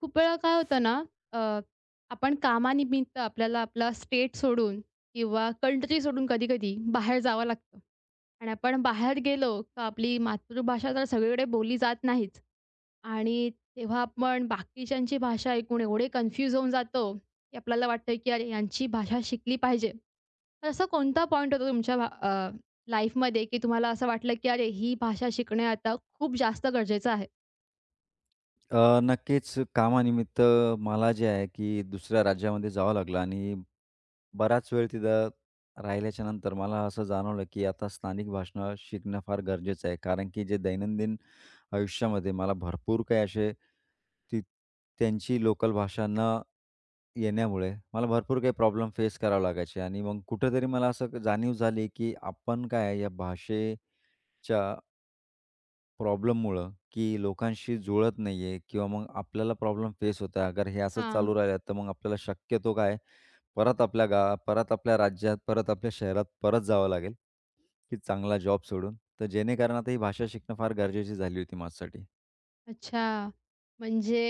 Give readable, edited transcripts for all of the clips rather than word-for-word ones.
खूप वेळा काय होतं ना, अ, आपण कामानिमित्त आपल्याला आपला स्टेट सोडून किंवा कंट्री सोडून कधी-कधी बाहेर जावं लागतं आणि आपण बाहेर गेलो का आपली मातृभाषा तर सगळीकडे बोलली जात नाहीच. आणि तेव्हा आपण बाकीच्यांची भाषा ऐकून एवढे कन्फ्यूज होऊन जातो, की आपल्याला वाटतं की अरे यांची भाषा शिकली पाहिजे. तर असा कोणता पॉइंट होता तुमच्या लाईफमध्ये की तुम्हाला असं वाटलं की अरे ही भाषा शिकणे आता खूप जास्त गरजेचं आहे? नक्कीच कामानिमित्त मला जे आहे की दुसऱ्या राज्यामध्ये जावं लागलं आणि बराच वेळ तिथं राहिल्याच्या नंतर मला असं जाणवलं की आता स्थानिक भाषा शिकणं फार गरजेचं आहे. कारण की जे दैनंदिन आयुष्यामध्ये मला भरपूर काही असे ती त्यांची लोकल भाषा न येण्यामुळे मला भरपूर काही प्रॉब्लेम फेस करावे लागायचे आणि मग कुठेतरी मला असं जाणीव झाली की आपण काय या भाषेच्या प्रॉब्लेममुळं, की लोकांशी जुळत नाहीये किंवा मग आपल्याला प्रॉब्लेम फेस होत आहे. अगर हे असंच हां. चालू राहिलं, तर मग आपल्याला शक्यतो काय, परत आपल्या गावात, परत आपल्या राज्यात, परत आपल्या शहरात परत जावं लागेल, की चांगला जॉब सोडून. तर जेणेकरून आता ही भाषा शिकणं फार गरजेची झाली होती माझ्यासाठी. अच्छा. म्हणजे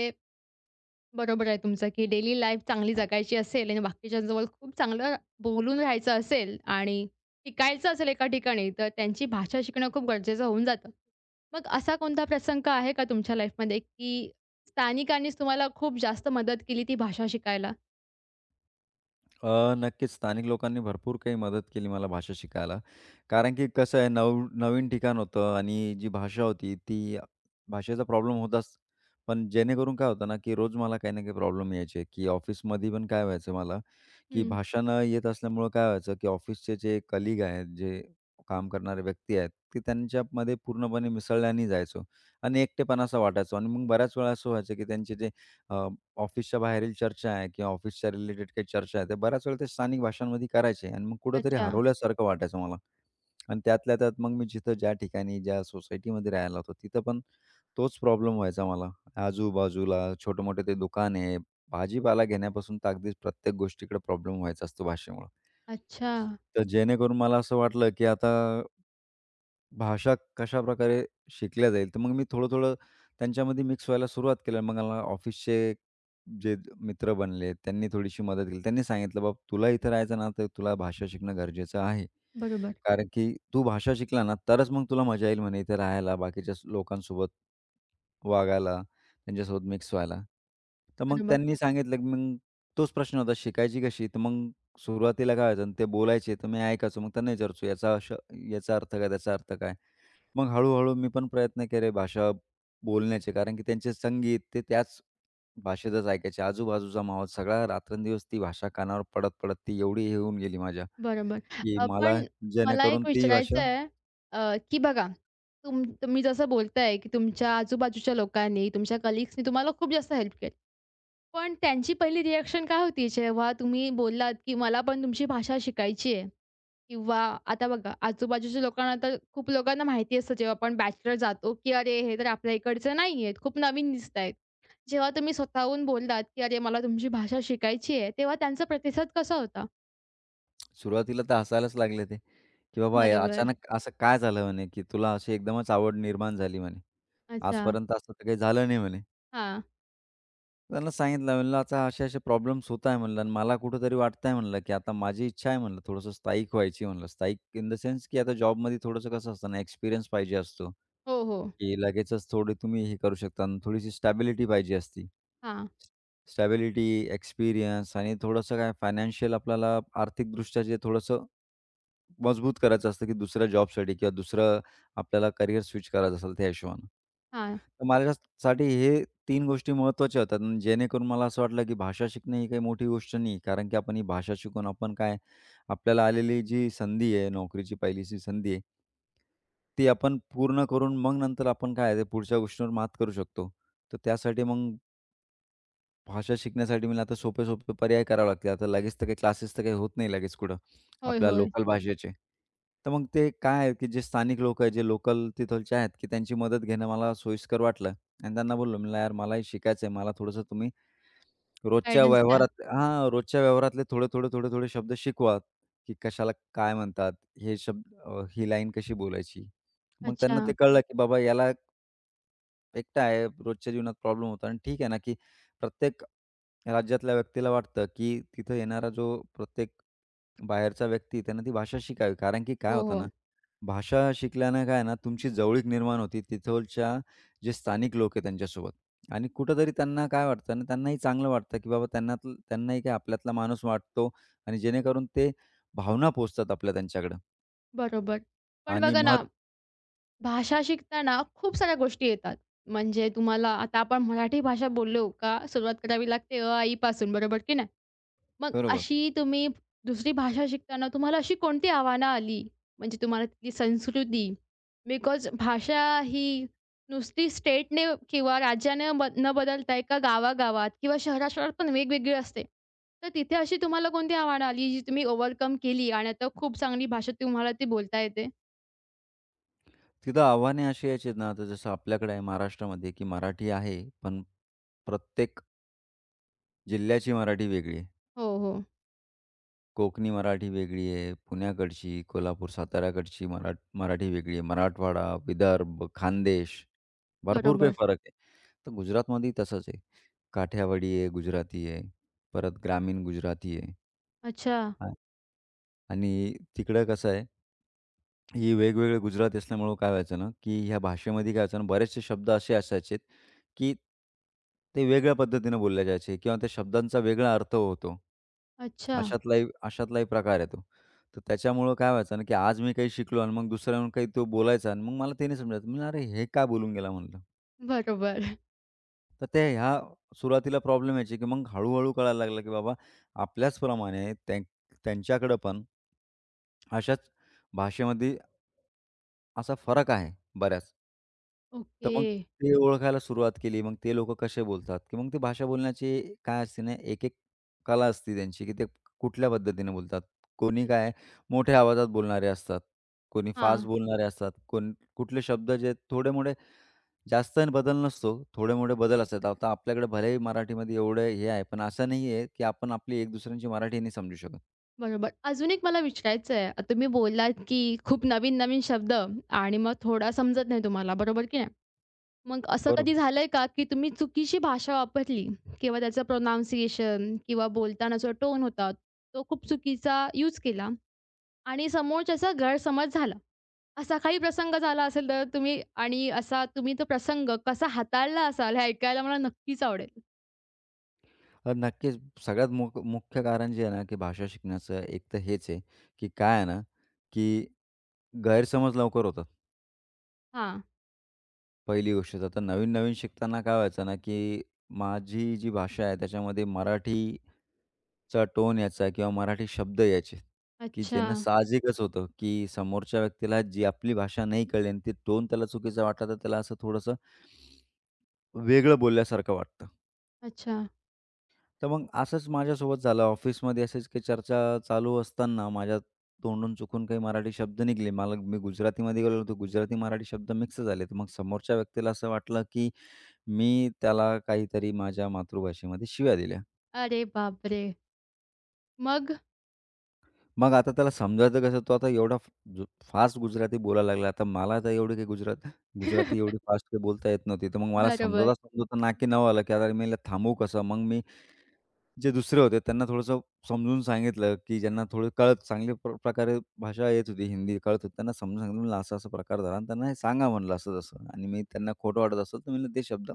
बरोबर आहे तुमचं, की डेली लाईफ चांगली जगायची असेल आणि बाकीच्यांजवळ खूप चांगलं बोलून राहायचं असेल आणि टिकायचं असेल एका ठिकाणी, तर त्यांची भाषा शिकणं खूप गरजेचं होऊन जातं. मग असा कोणता प्रसंग आहे का तुमच्या लाईफमध्ये, की स्थानिकांनीच तुम्हाला खूप जास्त मदत केली ती भाषा शिकायला? अ, नक्कीच स्थानिक लोकांनी भरपूर काही मदत केली मला भाषा शिकायला. कारण की कसं आहे नव नवीन ठिकाण होतं आणि जी भाषा होती ती भाषेचा प्रॉब्लेम होताच. पण जेणेकरून काय होतं ना, की रोज मला काही ना काही प्रॉब्लेम यायचे, की ऑफिसमध्ये पण काय व्हायचं मला, की हं. भाषा न येत असल्यामुळं काय व्हायचं, की ऑफिसचे जे कलीग आहेत, जे काम करणारे व्यक्ती आहेत, ते त्यांच्यामध्ये पूर्णपणे मिसळल्याने जायचो आणि एकटेपणा असा वाटायचो आणि मग बऱ्याच वेळा असं व्हायचं, की त्यांचे जे ऑफिसच्या बाहेरील चर्चा आहे किंवा ऑफिसच्या रिलेटेड काही चर्चा आहे, ते बऱ्याच वेळा ते स्थानिक भाषांमध्ये करायचे आणि मग कुठेतरी अच्छा. हरवल्यासारखं वाटायचं मला आणि त्यातल्या त्यात मग मी जिथं ज्या ठिकाणी, ज्या सोसायटीमध्ये राहायला होतो, तिथं पण तोच प्रॉब्लेम व्हायचा मला. आजूबाजूला छोटे-मोठे ते दुकान आहे, भाजीपाला घेण्यापासून तर अगदीच प्रत्येक गोष्टीकडे प्रॉब्लेम व्हायचा असतो भाषेमुळं. अच्छा. तर जेणेकरून मला असं वाटलं, की आता भाषा कशाप्रकारे शिकल्या जाईल. तर मग मी थोडं-थोडं त्यांच्यामध्ये मिक्स व्हायला सुरुवात केली. मग मला ऑफिसचे जे मित्र बनले, त्यांनी थोडीशी मदत केली. त्यांनी सांगितलं, "बाबा तुला इथं राहायचं ना, तर तुला भाषा शिकणं गरजेचं आहे." बरोबर, कारण की तू भाषा शिकला ना, तरच मग तुला मजा येईल म्हणे इथे राहायला, बाकीच्या लोकांसोबत वागायला, त्यांच्यासोबत मिक्स व्हायला. तर मग बरोबर, त्यांनी सांगितलं, की मग तोच प्रश्न होता, शिकायची कशी? तर मग सुरुवातीला काय व्हायचं, ते बोलायचे तर मी ऐकायचो. मग त्यांना विचारायचो, याचा अर्थ काय? त्याचा अर्थ काय? मग हळू मी पण प्रयत्न केले भाषा बोलण्याचे, कारण की त्यांचे संगीत ते त्याच भाषेतच ऐकायचे. आजूबाजूचा माहोल सगळा रात्रंदिवस ती भाषा कानावर पडत-पडत ती एवढी हे होऊन गेली माझ्या. बरोबर. की मला पण मला जेणेकरून एक ती विचारायचं भाषा आहे, की बघा तुम्ही जसं बोलताय, की तुमच्या आजूबाजूच्या लोकांनी, तुमच्या कलीग्सनी तुम्हाला खूप जास्त हेल्प केली. पण त्यांची पहिली रिएक्शन काय होती जेव्हा तुम्ही बोललात, की मला पण तुमची भाषा शिकायची आहे किंवा आता बघा आजूबाजूच्या लोकांना तर खूप लोकांना माहिती असतं जेव्हा आपण बॅचलर जातो, की "अरे हे तर आपल्या इकडचे नाही आहेत, खूप नवीन दिसतायत." जेव्हा तुम्ही स्वतःहून बोललात, की "अरे मला तुमची भाषा शिकायची आहे." तेव्हा त्यांचा प्रतिसाद कसा होता? सुरुवातीला तर हसायलाच लागले ते, की "बाबा या बरोबर. अचानक असं काय झालं?" म्हणे, की "तुला अशी एकदमच आवड निर्माण झाली?" म्हणे. अच्छा. "आजपर्यंत असं तर काही झालं नाही" म्हणे. हां. त्यांना सांगितलं म्हणलं, "आता असे-असे प्रॉब्लेम्स होत आहे" म्हणलं आणि मला कुठेतरी वाटतंय म्हणलं, की आता माझी इच्छा आहे म्हणलं थोडंसं स्थायिक व्हायची म्हणलं. स्थायिक इन द सेन्स, की आता जॉबमध्ये थोडंसं कसं असतं ना एक्सपिरियन्स पाहिजे असतो, हो, हो. की लगेचच थोडी तुम्ही हे करू शकता आणि थोडीशी स्टॅबिलिटी पाहिजे असती. हां, स्टॅबिलिटी, एक्सपिरियन्स आणि थोडंसं काय फायनान्शियल आपल्याला आर्थिकदृष्ट्या जे थोडंसं मजबूत करायचं असतं, की दुसऱ्या जॉबसाठी किंवा दुसरं आपल्याला करियर स्विच करायचं असेल त्या हिशोबानं. हां. तर माझ्यासाठी हे तीन गोष्टी महत्त्वाच्या होतात अन् जेणेकरून मला असं वाटलं की भाषा शिकणे ही काही मोठी गोष्ट नाही. कारण की आपण ही भाषा शिकून आपण काय आपल्याला आलेली जी संधी आहे, नोकरीची पहिलीची संधी आहे ती आपण पूर्ण करून मग नंतर आपण काय आहे ते पुढच्या गोष्टींवर मात करू शकतो. तर त्यासाठी मग भाषा शिकण्यासाठी मला आता सोपे-सोपे पर्याय करावे लागतील. आता लगेच तर काही क्लासेस तर काही होत नाही लगेच कुठं, होय, आपल्या होय. लोकल भाषेचे. तर मग ते काय आहे, की जे स्थानिक लोक आहेत, जे लोकल तिथलचे आहेत, की त्यांची मदत घेणं मला सोयीस्कर वाटलं आणि त्यांना बोललो, "म्हणलं यार मलाही शिकायचं आहे. मला थोडंसं तुम्ही रोजच्या गाईडन्स द्या. व्यवहारात" हां, रोजच्या व्यवहारातले थोडे, थोडे, थोडे, थोडे शब्द शिकवा, की कशाला काय म्हणतात, हे शब्द ही लाईन कशी बोलायची. मग त्यांना ते अच्छा. कळलं, की बाबा याला एकटा आहे, रोजच्या जीवनात प्रॉब्लेम होतो आणि ठीक आहे ना, की प्रत्येक राज्यातल्या व्यक्तीला वाटतं, की तिथं येणारा जो प्रत्येक बाहेरचा व्यक्ती आहे, त्यानं ती भाषा शिकावी. कारण की काय हो, होतं हो. ना, भाषा शिकल्यानं काय ना, तुमची जवळीक निर्माण होती तिथलच्या जे स्थानिक लोक आहे त्यांच्यासोबत आणि कुठेतरी त्यांना काय वाटतं आणि त्यांनाही चांगलं वाटतं, की बाबा त्यांनाही काय आपल्यातला माणूस वाटतो आणि जेणेकरून ते भावना पोहोचतात आपल्या त्यांच्याकडं बरोबर. पण आणि बघा ना, मग भाषा शिकताना खूप साऱ्या गोष्टी येतात. म्हणजे तुम्हाला आता आपण मराठी भाषा बोललो का सुरुवात करावी लागते आ, पासून बरोबर की नाही? मग बरोबर. अशी तुम्ही दुसरी भाषा शिकताना तुम्हाला अशी कोणती आव्हानं आली? म्हणजे तुम्हाला तिथली संस्कृती बिकॉज भाषा ही नुसती स्टेटने किंवा राज्याने न बदलता एका गावागावात किंवा शहरा-शहरात पण वेगवेगळी असते. तर तिथे अशी तुम्हाला कोणती आव्हानं आली जी तुम्ही ओव्हरकम केली आणि आता खूप चांगली भाषा तुम्हाला ती बोलता येते? तिथं आव्हाने अशी यायची ना, आता जसं आपल्याकडे आहे महाराष्ट्रामध्ये, की मराठी आहे, पण प्रत्येक जिल्ह्याची मराठी वेगळी आहे. हो, हो. कोकणी मराठी वेगळी आहे, पुण्याकडची, कोल्हापूर, साताऱ्याकडची मराठी वेगळी आहे, मराठवाडा, विदर्भ, खानदेश, भरपूर काही बरोबर. फरक आहे. तर गुजरातमध्येही तसंच आहे. काठियावाडी आहे, गुजराती आहे, परत ग्रामीण गुजराती आहे. अच्छा. हां, आणि तिकडं कसं आहे ही वेगवेगळे गुजराती असल्यामुळं काय व्हायचं ना, की ह्या भाषेमध्ये काय व्हायचं ना, बरेचसे शब्द असे असायचे, की ते वेगळ्या पद्धतीने बोलले जायचे किंवा त्या शब्दांचा वेगळा अर्थ होतो. अच्छा. अशातलाही अशातलाही प्रकार आहे तो. तर त्याच्यामुळं काय व्हायचं ना, की आज मी काही शिकलो आणि मग दुसऱ्याहून काही तो बोलायचा आणि मग मला ते नाही समजायचं. मी म्हणलं, "अरे हे काय बोलून गेला?" म्हणलं. बरोबर. तर त्या ह्या सुरुवातीला प्रॉब्लेम यायचे, की मग हळू-हळू कळायला लागलं, की बाबा आपल्याचप्रमाणे त्यांच्याकडं पण अशाच भाषेमध्ये असा फरक आहे बऱ्याच. तर ओके. मग ते ओळखायला सुरुवात केली. मग ते लोकं कसे बोलतात, की मग ती भाषा बोलण्याची काय असते ना, एक-एक कला असते त्यांची, की ते कुठल्या पद्धतीने बोलतात. कोणी काय मोठ्या आवाजात बोलणारे असतात, कोणी फास्ट हां, बोलणारे असतात, कोण कुठले शब्द जे थोडे-मोठे जास्त बदल नसतो, थोडे-मोठे बदल असतात. आता आपल्याकडे भलेही मराठीमध्ये एवढं हे आहे, पण असं नाही आहे, की आपण आपली एक दुसऱ्यांची मराठी नाही समजू शकत. बरोबर. अजून एक मला विचारायचं आहे. आता तुम्ही बोललात, की खूप नवीन-नवीन शब्द आणि मग थोडा समजत नाही तुम्हाला, बरोबर की नाही? मग असं कधी बरोबर. झालंय का, की तुम्ही चुकीची भाषा वापरली किंवा त्याचं प्रोनाउन्सिएशन किंवा बोलताना जो टोन होता, तो खूप चुकीचा यूज केला आणि समोरच्याचा गैरसमज झाला. असा काही प्रसंग झाला असेल तर तुम्ही आणि असा तुम्ही तो प्रसंग कसा हाताळला असाल, हे ऐकायला मला नक्कीच आवडेल? तर नक्कीच सगळ्यात मुख्य कारण जे आहे ना, की भाषा शिकण्याचं एक तर हेच आहे, की काय आहे ना, की गैरसमज लवकर होतात. हां. पहिली गोष्ट तर आता नवीन-नवीन शिकताना काय व्हायचं ना, की माझी जी भाषा आहे त्याच्यामध्ये मराठी चा टोन यायचा किंवा मराठी शब्द यायचे, की अच्छा. ज्यांना साहजिकच होतं, की समोरच्या व्यक्तीला जी आपली भाषा नाही कळली आणि ते टोन त्याला चुकीचा वाटला, तर त्याला असं थोडंसं वेगळं बोलल्यासारखं वाटतं. अच्छा. तर मग असंच माझ्यासोबत झालं. ऑफिसमध्ये असेच काही चर्चा चालू असताना माझ्या तोंडून चुकून काही मराठी शब्द निघाले. मला मी गुजरातीमध्ये गेलो होतो. गुजराती मराठी शब्द मिक्स झाले. तर मग समोरच्या व्यक्तीला असं वाटलं, की मी त्याला काहीतरी माझ्या मातृभाषेमध्ये शिव्या दिल्या. अरे बापरे! मग? मग आता त्याला समजायचं कसं? तो आता एवढा जो फास्ट गुजराती बोलायला लागला. आता मला तर एवढी काही गुजराती एवढी फास्ट काही बोलता येत नव्हती. तर मग मला बरोबर. समजवता-समजवता नाकी नऊ आलं, की आता मी हिला थांबवू कसं? मग मी जे दुसरे होते त्यांना थोडंसं समजून सांगितलं, की ज्यांना थोडं कळत चांगल्या प्रकारे भाषा येत होती, हिंदी कळत होती. त्यांना समजून सांगितलं म्हणलं असा-असा प्रकार झाला आणि त्यांना हे सांगा म्हणलं असं-तसं आणि मी त्यांना खोटं वाटत असेल तर म्हणलं ते शब्द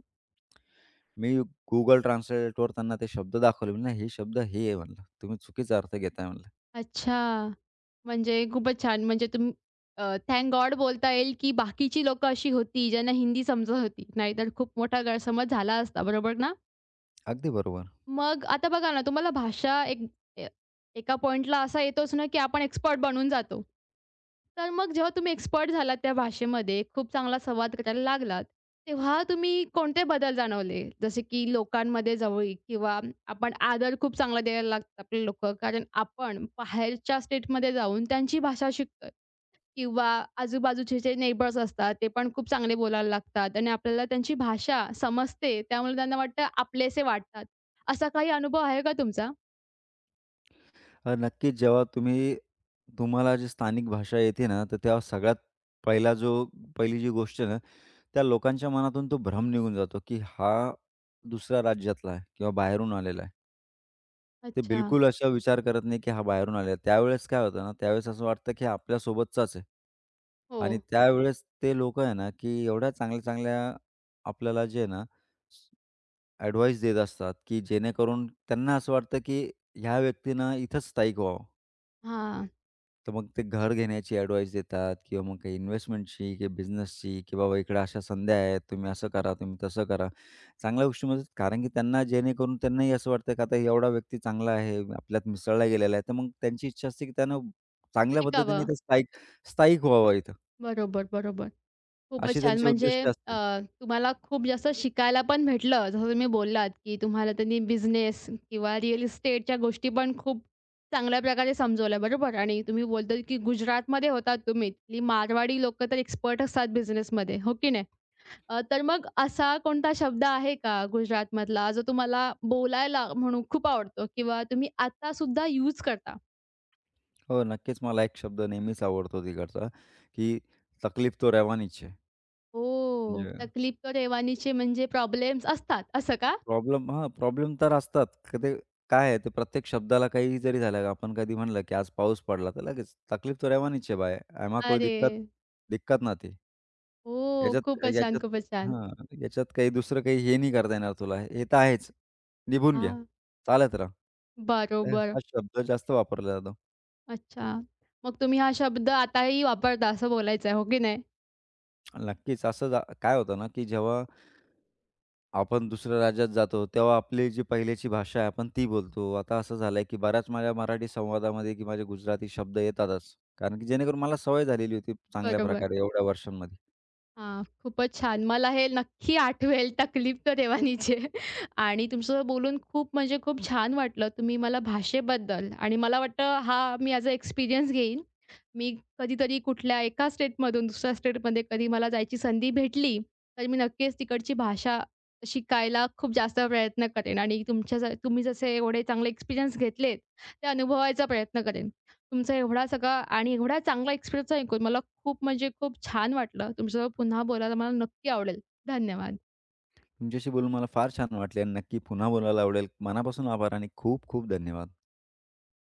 मी Google Translateवर त्यांना ते शब्द दाखवले. म्हणलं हे शब्द हे आहे म्हणलं. तुम्ही चुकीचा अर्थ घेताय म्हणलं. अच्छा. म्हणजे खूपच छान. म्हणजे तुम्ही थँक गॉड बोलता येईल, की बाकीची लोकं अशी होती, ज्यांना हिंदी समजत होती. नाहीतर खूप मोठा गैरसमज झाला असता. बरोबर ना? अगदी बरोबर. मग आता बघा ना, तुम्हाला भाषा एक ए एका पॉइंटला असा येतोच ना, की आपण एक्सपर्ट बनून जातो. तर मग जेव्हा तुम्ही एक्सपर्ट झालात त्या भाषेमध्ये, खूप चांगला संवाद करायला लागलात, तेव्हा तुम्ही कोणते बदल जाणवले? जसे की लोकांमध्ये जवळीक किंवा आपण आदर खूप चांगला द्यायला लागतात आपले लोकं, कारण आपण बाहेरच्या स्टेटमध्ये जाऊन त्यांची भाषा शिकतोय किंवा आजूबाजूचे जे नेबर्स असतात, ते पण खूप चांगले बोलायला लागतात आणि आपल्याला त्यांची भाषा समजते. त्यामुळे त्यांना वाटतं आपलेसे वाटतात. असा काही अनुभव आहे का तुमचा? हां, नक्कीच. जेव्हा तुम्ही तुम्हाला जी स्थानिक भाषा येते ना, तर तेव्हा सगळ्यात पहिला जो पहिली जी गोष्ट आहे ना, त्या लोकांच्या मनातून तो भ्रम निघून जातो, की हा दुसऱ्या राज्यातला आहे किंवा बाहेरून आलेला आहे. ते अच्छा. बिलकुल असा विचार करत नाही, की हा बाहेरून आलेला आहे. त्यावेळेस काय होतं ना, त्यावेळेस असं वाटतं, की हा आपल्यासोबतचाच आहे. हो. आणि त्यावेळेस ते लोकं आहे ना, की एवढ्या चांगल्या-चांगल्या आपल्याला जे आहे ना, ॲडवाईस देत असतात, की जेणेकरून त्यांना असं वाटतं, की ह्या व्यक्तीनं इथंच स्थायिक व्हावं. हां. तर मग ते घर घेण्याची ॲडवाईस देतात किंवा मग काही इन्व्हेस्टमेंटची किंवा बिझनेसची की बाबा इकडे अशा संध्या आहेत, तुम्ही असं करा, तुम्ही तसं करा. चांगल्या गोष्टी मदत कारण की त्यांना जेणेकरून त्यांनाही असं वाटतं की आता एवढा व्यक्ती चांगला आहे, आपल्यात मिसळला गेलेला आहे. तर मग त्यांची इच्छा असते की त्यानं चांगल्या पद्धतीने शिकावं. इथं स्थायिक स्थायिक व्हावं इथं. बरोबर, बरोबर. खूपच अशी छान. त्यांची म्हणजे उद्दिष्ट अ, असते. तुम्हाला खूप जास्त शिकायला पण भेटलं. जसं तुम्ही बोललात, की तुम्हाला त्यांनी बिझनेस किंवा रिअल इस्टेटच्या गोष्टी पण खूप चांगल्या प्रकारे समजवल्या, बरोबर? आणि तुम्ही बोलताय, की गुजरातमध्ये होतात तुम्ही. तिथली मारवाडी लोकं तर एक्सपर्ट असतात बिझनेसमध्ये, हो की नाही? तर मग असा कोणता शब्द आहे का गुजरातमधला, जो तुम्हाला बोलायला म्हणून खूप आवडतो किंवा तुम्ही आत्तासुद्धा यूज करता? हो, नक्कीच मला एक शब्द नेहमीच आवडतो तिकडचा की तकलीफ तो रवानीच है. ओह! म्हणजे तकलीफ तो रेवानीची म्हणजे प्रॉब्लेम्स असतात, असं का? प्रॉब्लेम हां, प्रॉब्लेम तर असतात. की ते काय आहे, ते प्रत्येक शब्दाला काही जरी झालं, आपण कधी म्हणलं, की आज पाऊस पडला, तर लगेच तकलीफ तो रहवानीच है भाई. एमा कोई अरे! दिक्कत दिक्कत ना थी. हो, याच्यात खूपच छान, याच्यात खूपच छान. हां, याच्यात काही दुसरं काही हे नाही करता येणार तुला. हे तर आहेच. निभून घ्या. हां, चालत राहा. तर बरोबर. हा शब्द जास्त वापरला जातो. अच्छा. मग तुम्ही हा शब्द आताही वापरता असं बोलायचं आहे, हो की नाही? आणि नक्कीच असं जा काय होतं ना, की जेव्हा आपण दुसऱ्या राज्यात जातो, तेव्हा आपली जी पहिल्याची भाषा आहे आपण ती बोलतो. आता असं झालंय, की बऱ्याच माझ्या मराठी संवादामध्ये की माझे गुजराती शब्द येतातच. कारण की जेणेकरून मला सवय झालेली होती चांगल्या बरोबर. प्रकारे एवढ्या वर्षांमध्ये. हां, खूपच छान. मला हे नक्की आठवेल तकलीफ तर रेवानीची आणि तुमचं बोलून खूप म्हणजे खूप छान वाटलं. तुम्ही मला भाषेबद्दल आणि मला वाटतं हा मी ॲज अ एक्सपिरियन्स घेईन. मी कधीतरी कुठल्या एका स्टेटमधून दुसऱ्या स्टेटमध्ये कधी मला जायची संधी भेटली, तर मी नक्कीच तिकडची भाषा शिकायला खूप जास्त प्रयत्न करेन आणि तुमच्या ज तुम्ही जसे एवढे चांगले एक्सपिरियन्स घेतलेत, ते अनुभवायचा प्रयत्न करेन. तुमचा एवढा सगळा आणि एवढा चांगला एक्सपिरियन्स ऐकून मला खूप म्हणजे खूप छान वाटलं. तुमच्यासोबत पुन्हा बोलायला मला नक्की आवडेल. धन्यवाद. तुमच्याशी बोलून मला फार छान वाटले आणि नक्की पुन्हा बोलायला आवडेल. मनापासून आभार आणि खूप खूप धन्यवाद.